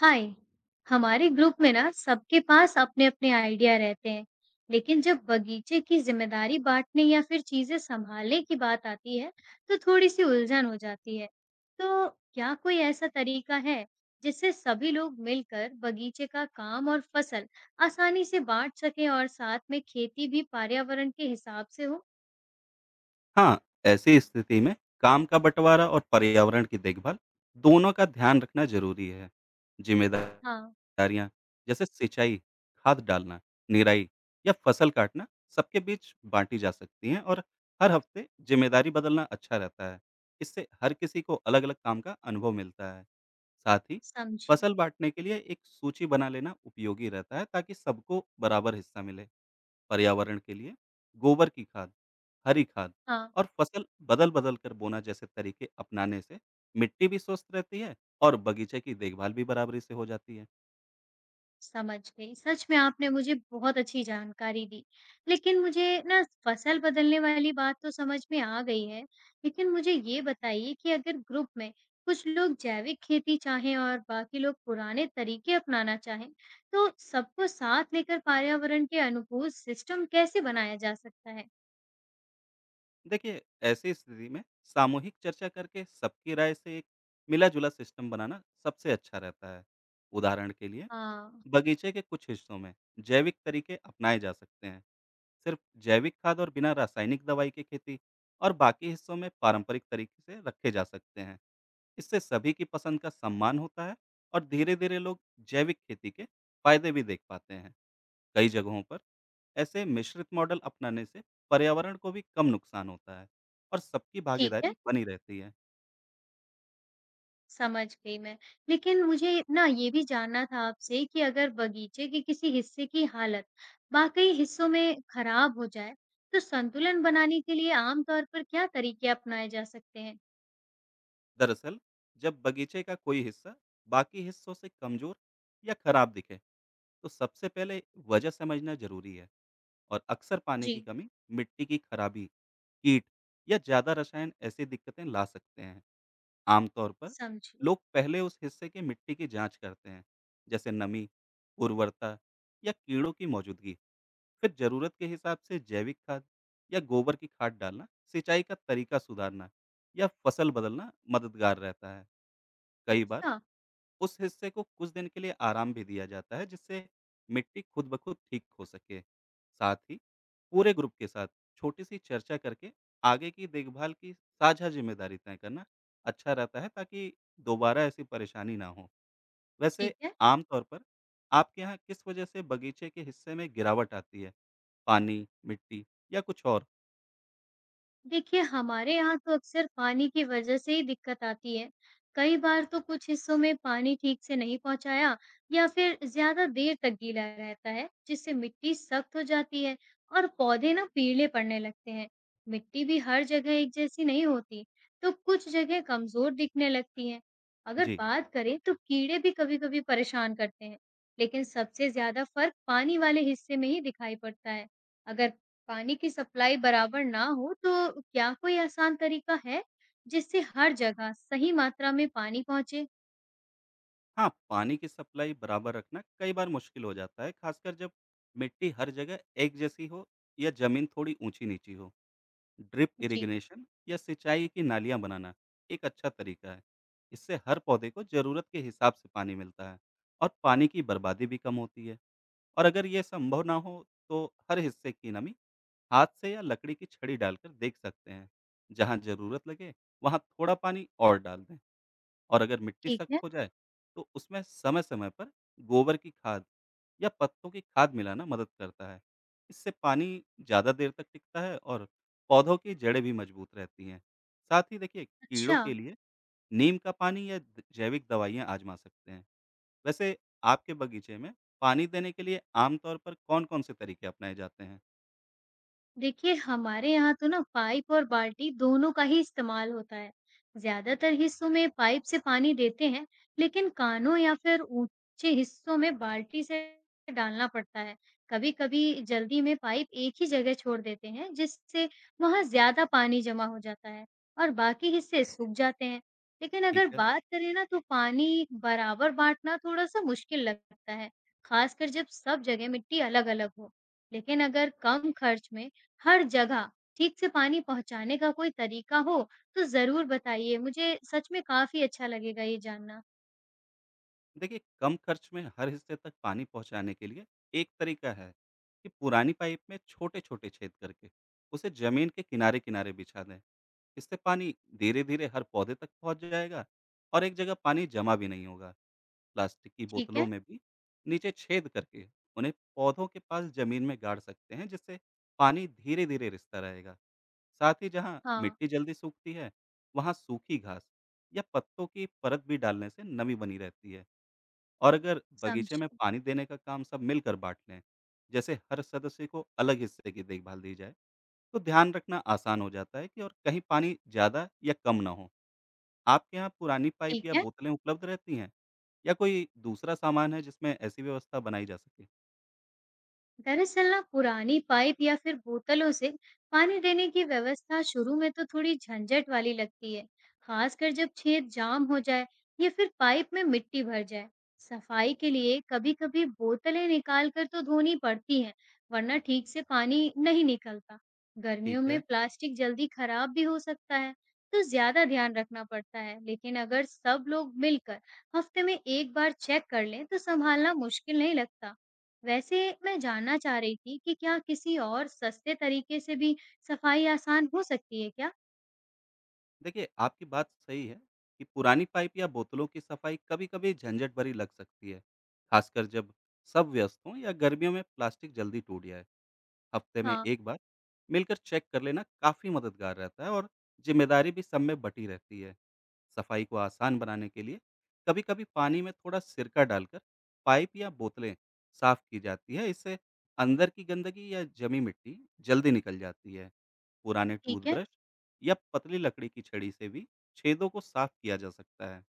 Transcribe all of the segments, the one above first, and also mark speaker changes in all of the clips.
Speaker 1: हाय। हमारे ग्रुप में ना सबके पास अपने अपने आइडिया रहते हैं। लेकिन जब बगीचे की जिम्मेदारी बांटने या फिर चीजें संभालने की बात आती है तो थोड़ी सी उलझन हो जाती है। तो क्या कोई ऐसा तरीका है जिससे सभी लोग मिलकर बगीचे का काम और फसल आसानी से बांट सकें और साथ में खेती भी पर्यावरण के हिसाब से हो।
Speaker 2: हाँ, ऐसी स्थिति में काम का बंटवारा और पर्यावरण की देखभाल दोनों का ध्यान रखना जरूरी है।
Speaker 1: हाँ,
Speaker 2: जिम्मेदारियां जैसे सिंचाई, खाद डालना, निराई या फसल काटना सबके बीच बांटी जा सकती हैं और हर हफ्ते जिम्मेदारी बदलना अच्छा रहता है। इससे हर किसी को अलग-अलग काम का अनुभव मिलता है। साथ ही
Speaker 1: समझो।
Speaker 2: फसल बांटने के लिए एक सूची बना लेना उपयोगी रहता है ताकि सबको बराबर हिस्सा मिले। पर्यावरण के लिए, गोबर की खाद, हरी खाद
Speaker 1: हाँ,
Speaker 2: और फसल बदल-बदल कर बोना जैसे तरीके अपनाने से मिट्टी भी स्वस्थ रहती है और बगीचे की देखभाल भी बराबरी से हो जाती है।
Speaker 1: समझ गई। सच में आपने मुझे बहुत अच्छी जानकारी दी। लेकिन मुझे ना फसल बदलने वाली बात तो समझ में आ गई है। लेकिन मुझे ये बताइए कि अगर ग्रुप में कुछ लोग जैविक खेती चाहें और बाकी लोग पुराने तरीके अपनाना चाहें, तो सबको साथ लेकर पर्यावरण के अनुकूल सिस्टम कैसे बनाया जा सकता है?
Speaker 2: देखिए, ऐसी स्थिति में सामूहिक चर्चा करके सबकी राय से एक मिला-जुला सिस्टम बनाना सबसे अच्छा रहता है। उदाहरण के लिए,
Speaker 1: हाँ।
Speaker 2: बगीचे के कुछ हिस्सों में जैविक तरीके अपनाए जा सकते हैं। सिर्फ जैविक खाद और बिना रासायनिक दवाई की खेती और बाकी हिस्सों में पारंपरिक तरीके से रखे जा सकते हैं। इससे सभी की पसंद का सम्मान होता है और धीरे धीरे लोग जैविक खेती के फायदे भी देख पाते हैं। कई जगहों पर ऐसे मिश्रित मॉडल अपनाने से पर्यावरण को भी कम नुकसान होता है और सबकी
Speaker 1: ठीक है।
Speaker 2: भागीदारी बनी रहती है।
Speaker 1: समझ गई मैं। लेकिन मुझे ना ये भी जानना था आपसे कि अगर बगीचे के किसी हिस्से की हालत बाक़ई हिस्सों में खराब हो जाए, तो संतुलन बनाने के लिए आम तौर पर क्या तरीके अपनाए जा सकते हैं?
Speaker 2: दरअसल, जब बगीचे का कोई हिस्सा बाकी हिस्सों से कमजोर या खराब दिखे, तो सबसे पहले वजह समझना जरूरी है और अक्सर पानी की
Speaker 1: जी।
Speaker 2: कमी, मिट्टी की खराबी, कीट या ज्यादा रसायन ऐसी दिक्कतें ला सकते हैं। आमतौर पर,
Speaker 1: समझी।
Speaker 2: लोग पहले उस हिस्से की मिट्टी की जांच करते हैं, जैसे नमी, उर्वरता या कीड़ों की मौजूदगी। फिर जरूरत के हिसाब से जैविक खाद या गोबर की खाद डालना, सिंचाई का तरीका सुधारना या फसल बदलना मददगार रहता है। कई बार
Speaker 1: अच्छा।
Speaker 2: उस हिस्से को कुछ दिन के लिए आराम भी दिया जाता है, जिससे मिट्टी खुद ब खुद ठीक हो सके। साथ ही पूरे ग्रुप के साथ छोटी-सी चर्चा करके आगे की देखभाल की साझा ज़िम्मेदारी तय करना अच्छा रहता है ताकि दोबारा ऐसी परेशानी ना हो। वैसे
Speaker 1: ठीक है।
Speaker 2: आम तौर पर आपके यहाँ किस वजह से बगीचे के हिस्से में गिरावट आती है? पानी, मिट्टी या कुछ और?
Speaker 1: देखिए हमारे यहाँ तो अक्सर पानी की वजह से ही दिक्कत आती है। कई बार तो कुछ हिस्सों में पानी ठीक से नहीं पहुँचाया या फिर ज़्यादा देर तक गीला रहता है, जिससे मिट्टी सख्त हो जाती है और पौधे ना पीले पड़ने लगते हैं। मिट्टी भी हर जगह एक जैसी नहीं होती, तो कुछ जगह कमज़ोर दिखने लगती हैं। अगर
Speaker 2: जी।
Speaker 1: बात करें तो कीड़े भी कभी-कभी परेशान करते हैं, लेकिन सबसे ज़्यादा फर्क पानी वाले हिस्से में ही दिखाई पड़ता है। अगर पानी की सप्लाई बराबर ना हो तो क्या कोई आसान तरीका है जिससे हर जगह सही मात्रा में पानी पहुंचे?
Speaker 2: हाँ, पानी की सप्लाई बराबर रखना कई बार मुश्किल हो जाता है, खासकर जब मिट्टी हर जगह एक जैसी हो या ज़मीन थोड़ी ऊँची-नीची हो। ड्रिप
Speaker 1: जी।
Speaker 2: इरिगेशन या सिंचाई की नालियाँ बनाना एक अच्छा तरीका है। इससे हर पौधे को ज़रूरत के हिसाब से पानी मिलता है और पानी की बर्बादी भी कम होती है। और अगर ये संभव ना हो, तो हर हिस्से की नमी हाथ से या लकड़ी की छड़ी डालकर देख सकते हैं। जहाँ ज़रूरत लगे, वहाँ थोड़ा पानी और डाल दें। और अगर मिट्टी
Speaker 1: ठीक
Speaker 2: सख्त
Speaker 1: है।
Speaker 2: हो जाए तो उसमें समय-समय पर गोबर की खाद या पत्तों की खाद मिलाना मदद करता है। इससे पानी ज़्यादा देर तक टिकता है और पौधों की जड़ें भी मजबूत रहती हैं। साथ ही देखिए कीड़ों
Speaker 1: अच्छा।
Speaker 2: के लिए नीम का पानी या जैविक दवाइयाँ आजमा सकते हैं। वैसे आपके बगीचे में पानी देने के लिए आमतौर पर कौन-कौन से तरीके अपनाए जाते हैं?
Speaker 1: देखिए हमारे यहाँ तो ना पाइप और बाल्टी दोनों का ही इस्तेमाल होता है। ज्यादातर हिस्सों में पाइप से पानी देते हैं, लेकिन कानों या फिर ऊंचे हिस्सों में बाल्टी से डालना पड़ता है। कभी-कभी जल्दी में पाइप एक ही जगह छोड़ देते हैं, जिससे वहां ज्यादा पानी जमा हो जाता है और बाकी हिस्से सूख जाते हैं। लेकिन
Speaker 2: ठीक
Speaker 1: अगर
Speaker 2: है।
Speaker 1: बात करें ना तो पानी बराबर बांटना थोड़ा सा मुश्किल लगता है, खासकर जब सब जगह मिट्टी अलग-अलग हो। लेकिन अगर कम खर्च में हर जगह ठीक से पानी पहुँचाने का कोई तरीका हो, तो ज़रूर बताइए। मुझे सच में काफ़ी अच्छा लगेगा ये जानना।
Speaker 2: देखिए, कम खर्च में हर हिस्से तक पानी पहुँचाने के लिए एक तरीका है कि पुरानी पाइप में छोटे-छोटे छेद करके उसे ज़मीन के किनारे-किनारे बिछा दें। इससे पानी धीरे-धीरे हर पौधे तक पहुँच जाएगा और एक जगह पानी जमा भी नहीं होगा। प्लास्टिक की
Speaker 1: ठीक
Speaker 2: बोतलों
Speaker 1: है?
Speaker 2: में भी नीचे छेद करके उन्हें पौधों के पास ज़मीन में गाड़ सकते हैं, जिससे पानी धीरे-धीरे रिसता रहेगा। साथ ही जहाँ
Speaker 1: हाँ,
Speaker 2: मिट्टी जल्दी सूखती है, वहाँ सूखी घास या पत्तों की परत भी डालने से नमी बनी रहती है। और अगर बगीचे में
Speaker 1: समझी।
Speaker 2: पानी देने का काम सब मिलकर बाँट लें, जैसे हर सदस्य को अलग हिस्से की देखभाल दी जाए, तो ध्यान रखना आसान हो जाता है कि और कहीं पानी ज़्यादा या कम ना हो। आपके यहाँ पुरानी पाइप
Speaker 1: ठीक
Speaker 2: या
Speaker 1: है।
Speaker 2: बोतलें उपलब्ध रहती हैं? या कोई दूसरा सामान है जिसमें ऐसी व्यवस्था बनाई जा सके?
Speaker 1: दरअसल ना पुरानी पाइप या फिर बोतलों से पानी देने की व्यवस्था शुरू में तो थोड़ी झंझट वाली लगती है, खासकर जब छेद जाम हो जाए या फिर पाइप में मिट्टी भर जाए। सफाई के लिए कभी-कभी बोतलें निकाल कर तो धोनी पड़ती हैं, वरना ठीक से पानी नहीं निकलता। गर्मियों
Speaker 2: ठीक
Speaker 1: में
Speaker 2: है।
Speaker 1: प्लास्टिक जल्दी खराब भी हो सकता है, तो ज्यादा ध्यान रखना पड़ता है। लेकिन अगर सब लोग मिलकर हफ्ते में एक बार चेक कर लें तो संभालना मुश्किल नहीं लगता। वैसे मैं जानना चाह रही थी कि क्या किसी और सस्ते तरीके से भी सफाई आसान हो सकती है क्या?
Speaker 2: देखिए, आपकी बात सही है कि पुरानी पाइप या बोतलों की सफाई कभी-कभी झंझट भरी लग सकती है, खासकर जब सब व्यस्त हों या गर्मियों में प्लास्टिक जल्दी टूट जाए। हफ्ते में
Speaker 1: हाँ।
Speaker 2: 1 बार, मिलकर चेक कर लेना काफ़ी मददगार रहता है और जिम्मेदारी भी सब में बँटी रहती है। सफाई को आसान बनाने के लिए कभी-कभी पानी में थोड़ा सिरका डालकर पाइप या बोतलें साफ की जाती है, इससे अंदर की गंदगी या जमी मिट्टी जल्दी निकल जाती है। पुराने
Speaker 1: ठीक है।
Speaker 2: टूथब्रश या पतली लकड़ी की छड़ी से भी छेदों को साफ किया जा सकता है।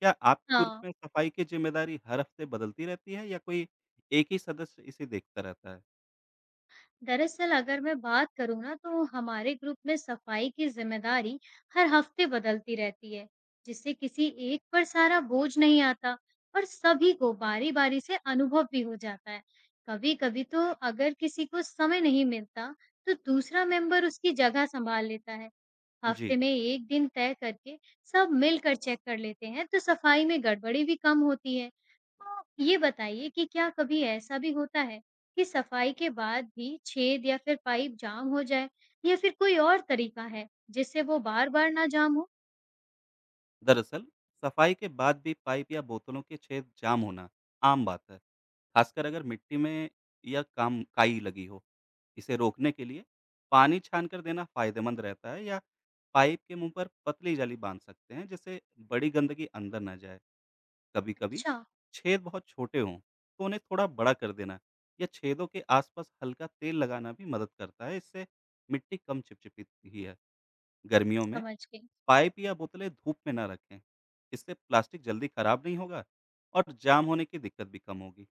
Speaker 2: क्या आपके ग्रुप
Speaker 1: हाँ,
Speaker 2: में सफाई की जिम्मेदारी हर हफ्ते बदलती रहती है या कोई एक ही सदस्य इसे देखता रहता है?
Speaker 1: दरअसल अगर मैं बात करूँ ना तो हमारे ग्रुप में सफाई की जिम्मेदारी हर हफ्ते बदलती रहती है, जिससे किसी एक पर सारा बोझ नहीं आता और सभी को बारी-बारी से अनुभव भी हो जाता है। कभी-कभी तो अगर किसी को समय नहीं मिलता तो दूसरा मेंबर उसकी जगह संभाल लेता है। हफ्ते
Speaker 2: जी।
Speaker 1: में 1 दिन तय करके सब मिलकर चेक कर लेते हैं, तो सफाई में गड़बड़ी भी कम होती है। तो ये बताइए कि क्या कभी ऐसा भी होता है कि सफाई के बाद भी छेद या फिर पाइप जाम हो जाए या फिर कोई और तरीका है, जिससे वो बार-बार ना जाम हो?
Speaker 2: दरअसल, सफाई के बाद भी पाइप या बोतलों के छेद जाम होना आम बात है, खासकर अगर मिट्टी में या काम काई लगी हो। इसे रोकने के लिए पानी छान कर देना फायदेमंद रहता है, या पाइप के मुंह पर पतली जाली बांध सकते हैं जिससे बड़ी गंदगी अंदर ना जाए। कभी कभी
Speaker 1: अच्छा,
Speaker 2: छेद बहुत छोटे हों तो उन्हें थोड़ा बड़ा कर देना या छेदों के आसपास हल्का तेल लगाना भी मदद करता है, इससे मिट्टी कम चिपचिपी है। गर्मियों में
Speaker 1: समझ गई।
Speaker 2: पाइप या बोतलें धूप में ना रखें। इससे प्लास्टिक जल्दी खराब नहीं होगा और जाम होने की दिक्कत भी कम होगी।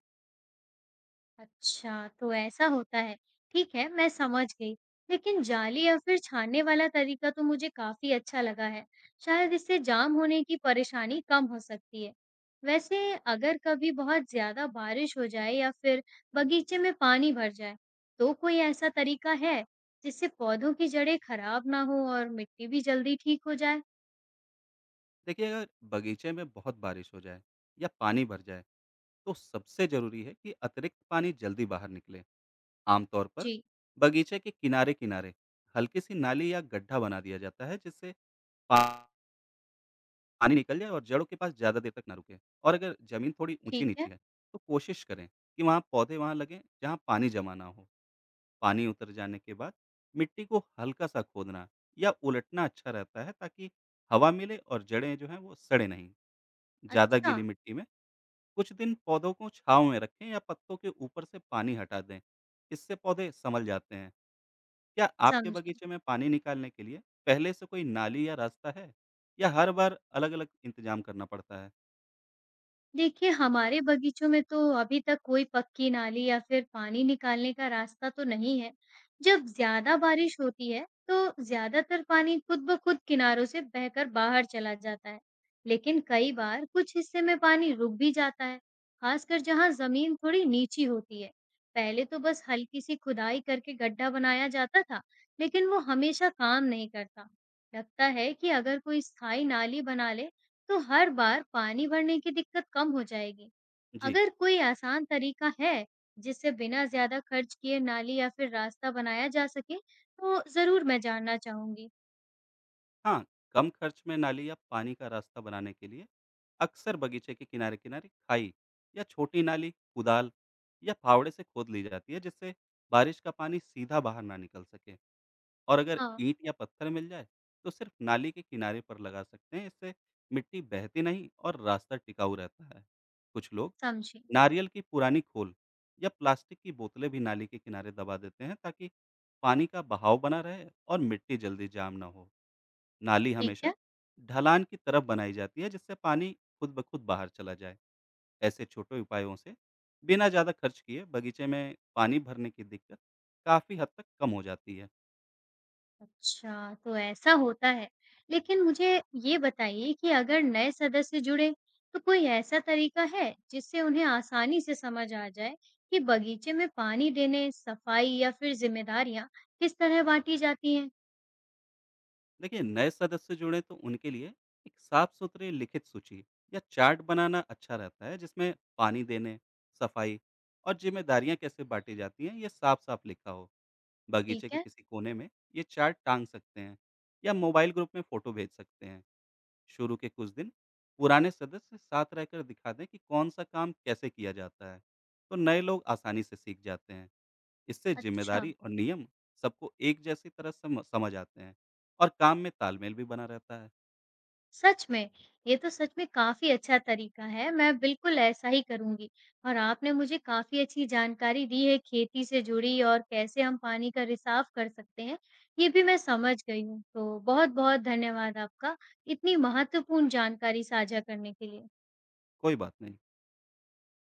Speaker 1: अच्छा, तो ऐसा होता है। ठीक है, मैं समझ गई। लेकिन जाली या फिर छानने वाला तरीका तो मुझे काफ़ी अच्छा लगा है। शायद इससे जाम होने की परेशानी कम हो सकती है। वैसे अगर कभी बहुत ज़्यादा बारिश हो जाए या फिर बगीचे में पानी भर जाए, तो कोई ऐसा तरीका है जिससे पौधों की जड़ें खराब ना हो और मिट्टी भी जल्दी ठीक हो जाए?
Speaker 2: देखिए, अगर बगीचे में बहुत बारिश हो जाए या पानी भर जाए तो सबसे ज़रूरी है कि अतिरिक्त पानी जल्दी बाहर निकले। आमतौर पर
Speaker 1: जी।
Speaker 2: बगीचे के किनारे-किनारे हल्की सी नाली या गड्ढा बना दिया जाता है जिससे पा- पानी निकल जाए और जड़ों के पास ज़्यादा देर तक ना रुके। और अगर ज़मीन थोड़ी
Speaker 1: ठीक है।
Speaker 2: ऊँची-नीची है तो कोशिश करें कि वहाँ पौधे वहाँ लगें जहाँ पानी जमा ना हो। पानी उतर जाने के बाद मिट्टी को हल्का-सा खोदना या उलटना अच्छा रहता है ताकि हवा मिले और जड़ें जो हैं वो सड़े नहीं। ज़्यादा
Speaker 1: अच्छा।
Speaker 2: गीली मिट्टी में कुछ दिन पौधों को छाँव में रखें या पत्तों के ऊपर से पानी हटा दें। इससे पौधे संभल जाते हैं। क्या आपके
Speaker 1: समझी।
Speaker 2: बगीचे में पानी निकालने के लिए पहले से कोई नाली या रास्ता है या हर बार अलग-अलग इंतज़ाम करना पड़ता है?
Speaker 1: देखिए, हमारे बगीचों में तो अभी तक कोई पक्की नाली या फिर पानी निकालने का रास्ता तो नहीं है। जब ज़्यादा बारिश होती है, तो ज़्यादातर पानी खुद ब खुद किनारों से बहकर बाहर चला जाता है। लेकिन कई बार कुछ हिस्से में पानी रुक भी जाता है, खासकर जहाँ ज़मीन थोड़ी नीची होती है। पहले तो बस हल्की सी खुदाई करके गड्ढा बनाया जाता था, लेकिन वो हमेशा काम नहीं करता। लगता है कि अगर कोई स्थायी नाली बना ले, तो हर बार पानी भरने की दिक्कत कम हो जाएगी।
Speaker 2: जी।
Speaker 1: अगर कोई आसान तरीका है जिससे बिना ज्यादा खर्च किए नाली या फिर रास्ता बनाया जा सके तो जरूर मैं जानना चाहूंगी।
Speaker 2: हाँ, कम खर्च में नाली या पानी का रास्ता बनाने के लिए अक्सर बगीचे के किनारे-किनारे खाई या छोटी नाली, कुदाल या फावड़े से खोद ली जाती है जिससे बारिश का पानी सीधा बाहर ना निकल सके। और अगर
Speaker 1: हाँ।
Speaker 2: ईंट या पत्थर मिल जाए तो सिर्फ नाली के किनारे पर लगा सकते हैं, इससे मिट्टी बहती नहीं और रास्ता टिकाऊ रहता है। कुछ लोग
Speaker 1: समझी।
Speaker 2: नारियल की पुरानी खोल या प्लास्टिक की बोतलें भी नाली के किनारे दबा देते हैं ताकि पानी का बहाव बना रहे और मिट्टी जल्दी जाम ना हो। नाली
Speaker 1: ठीक
Speaker 2: हमेशा
Speaker 1: है।
Speaker 2: ढलान की तरफ बनाई जाती है जिससे पानी खुद ब खुद बाहर चला जाए। ऐसे छोटे उपायों से बिना ज़्यादा खर्च किए बगीचे में पानी भरने की दिक्कत काफ़ी हद तक कम हो जाती है।
Speaker 1: अच्छा, तो ऐसा होता है। लेकिन मुझे ये बताइए कि अगर नए सदस्य जुड़े तो कोई ऐसा तरीका है जिससे उन्हें आसानी से समझ आ जाए कि बगीचे में पानी देने, सफाई या फिर जिम्मेदारियां किस तरह बांटी जाती हैं?
Speaker 2: देखिए, नए सदस्य जुड़े तो उनके लिए एक साफ-सुथरी लिखित सूची या चार्ट बनाना अच्छा रहता है जिसमें पानी देने, सफाई और जिम्मेदारियां कैसे बाँटी जाती हैं ये साफ-साफ लिखा हो। बगीचे
Speaker 1: ठीक
Speaker 2: के
Speaker 1: है।
Speaker 2: किसी कोने में ये चार्ट टाँग सकते हैं या मोबाइल ग्रुप में फ़ोटो भेज सकते हैं। शुरू के कुछ दिन पुराने सदस्य साथ रहकर दिखा दें कि कौन सा काम कैसे किया जाता है तो नए लोग आसानी से सीख जाते हैं। इससे
Speaker 1: अच्छा।
Speaker 2: जिम्मेदारी और नियम सबको एक जैसी तरह समझ समझ आते हैं और काम में तालमेल भी बना रहता है।
Speaker 1: सच में! ये तो सच में काफ़ी अच्छा तरीका है, मैं बिल्कुल ऐसा ही करूँगी और आपने मुझे काफ़ी अच्छी जानकारी दी है खेती से जुड़ी और कैसे हम पानी का रिसाव कर सकते हैं, ये भी मैं समझ गई हूँ। तो बहुत-बहुत धन्यवाद आपका, इतनी महत्वपूर्ण जानकारी साझा करने के लिए।
Speaker 2: कोई बात नहीं।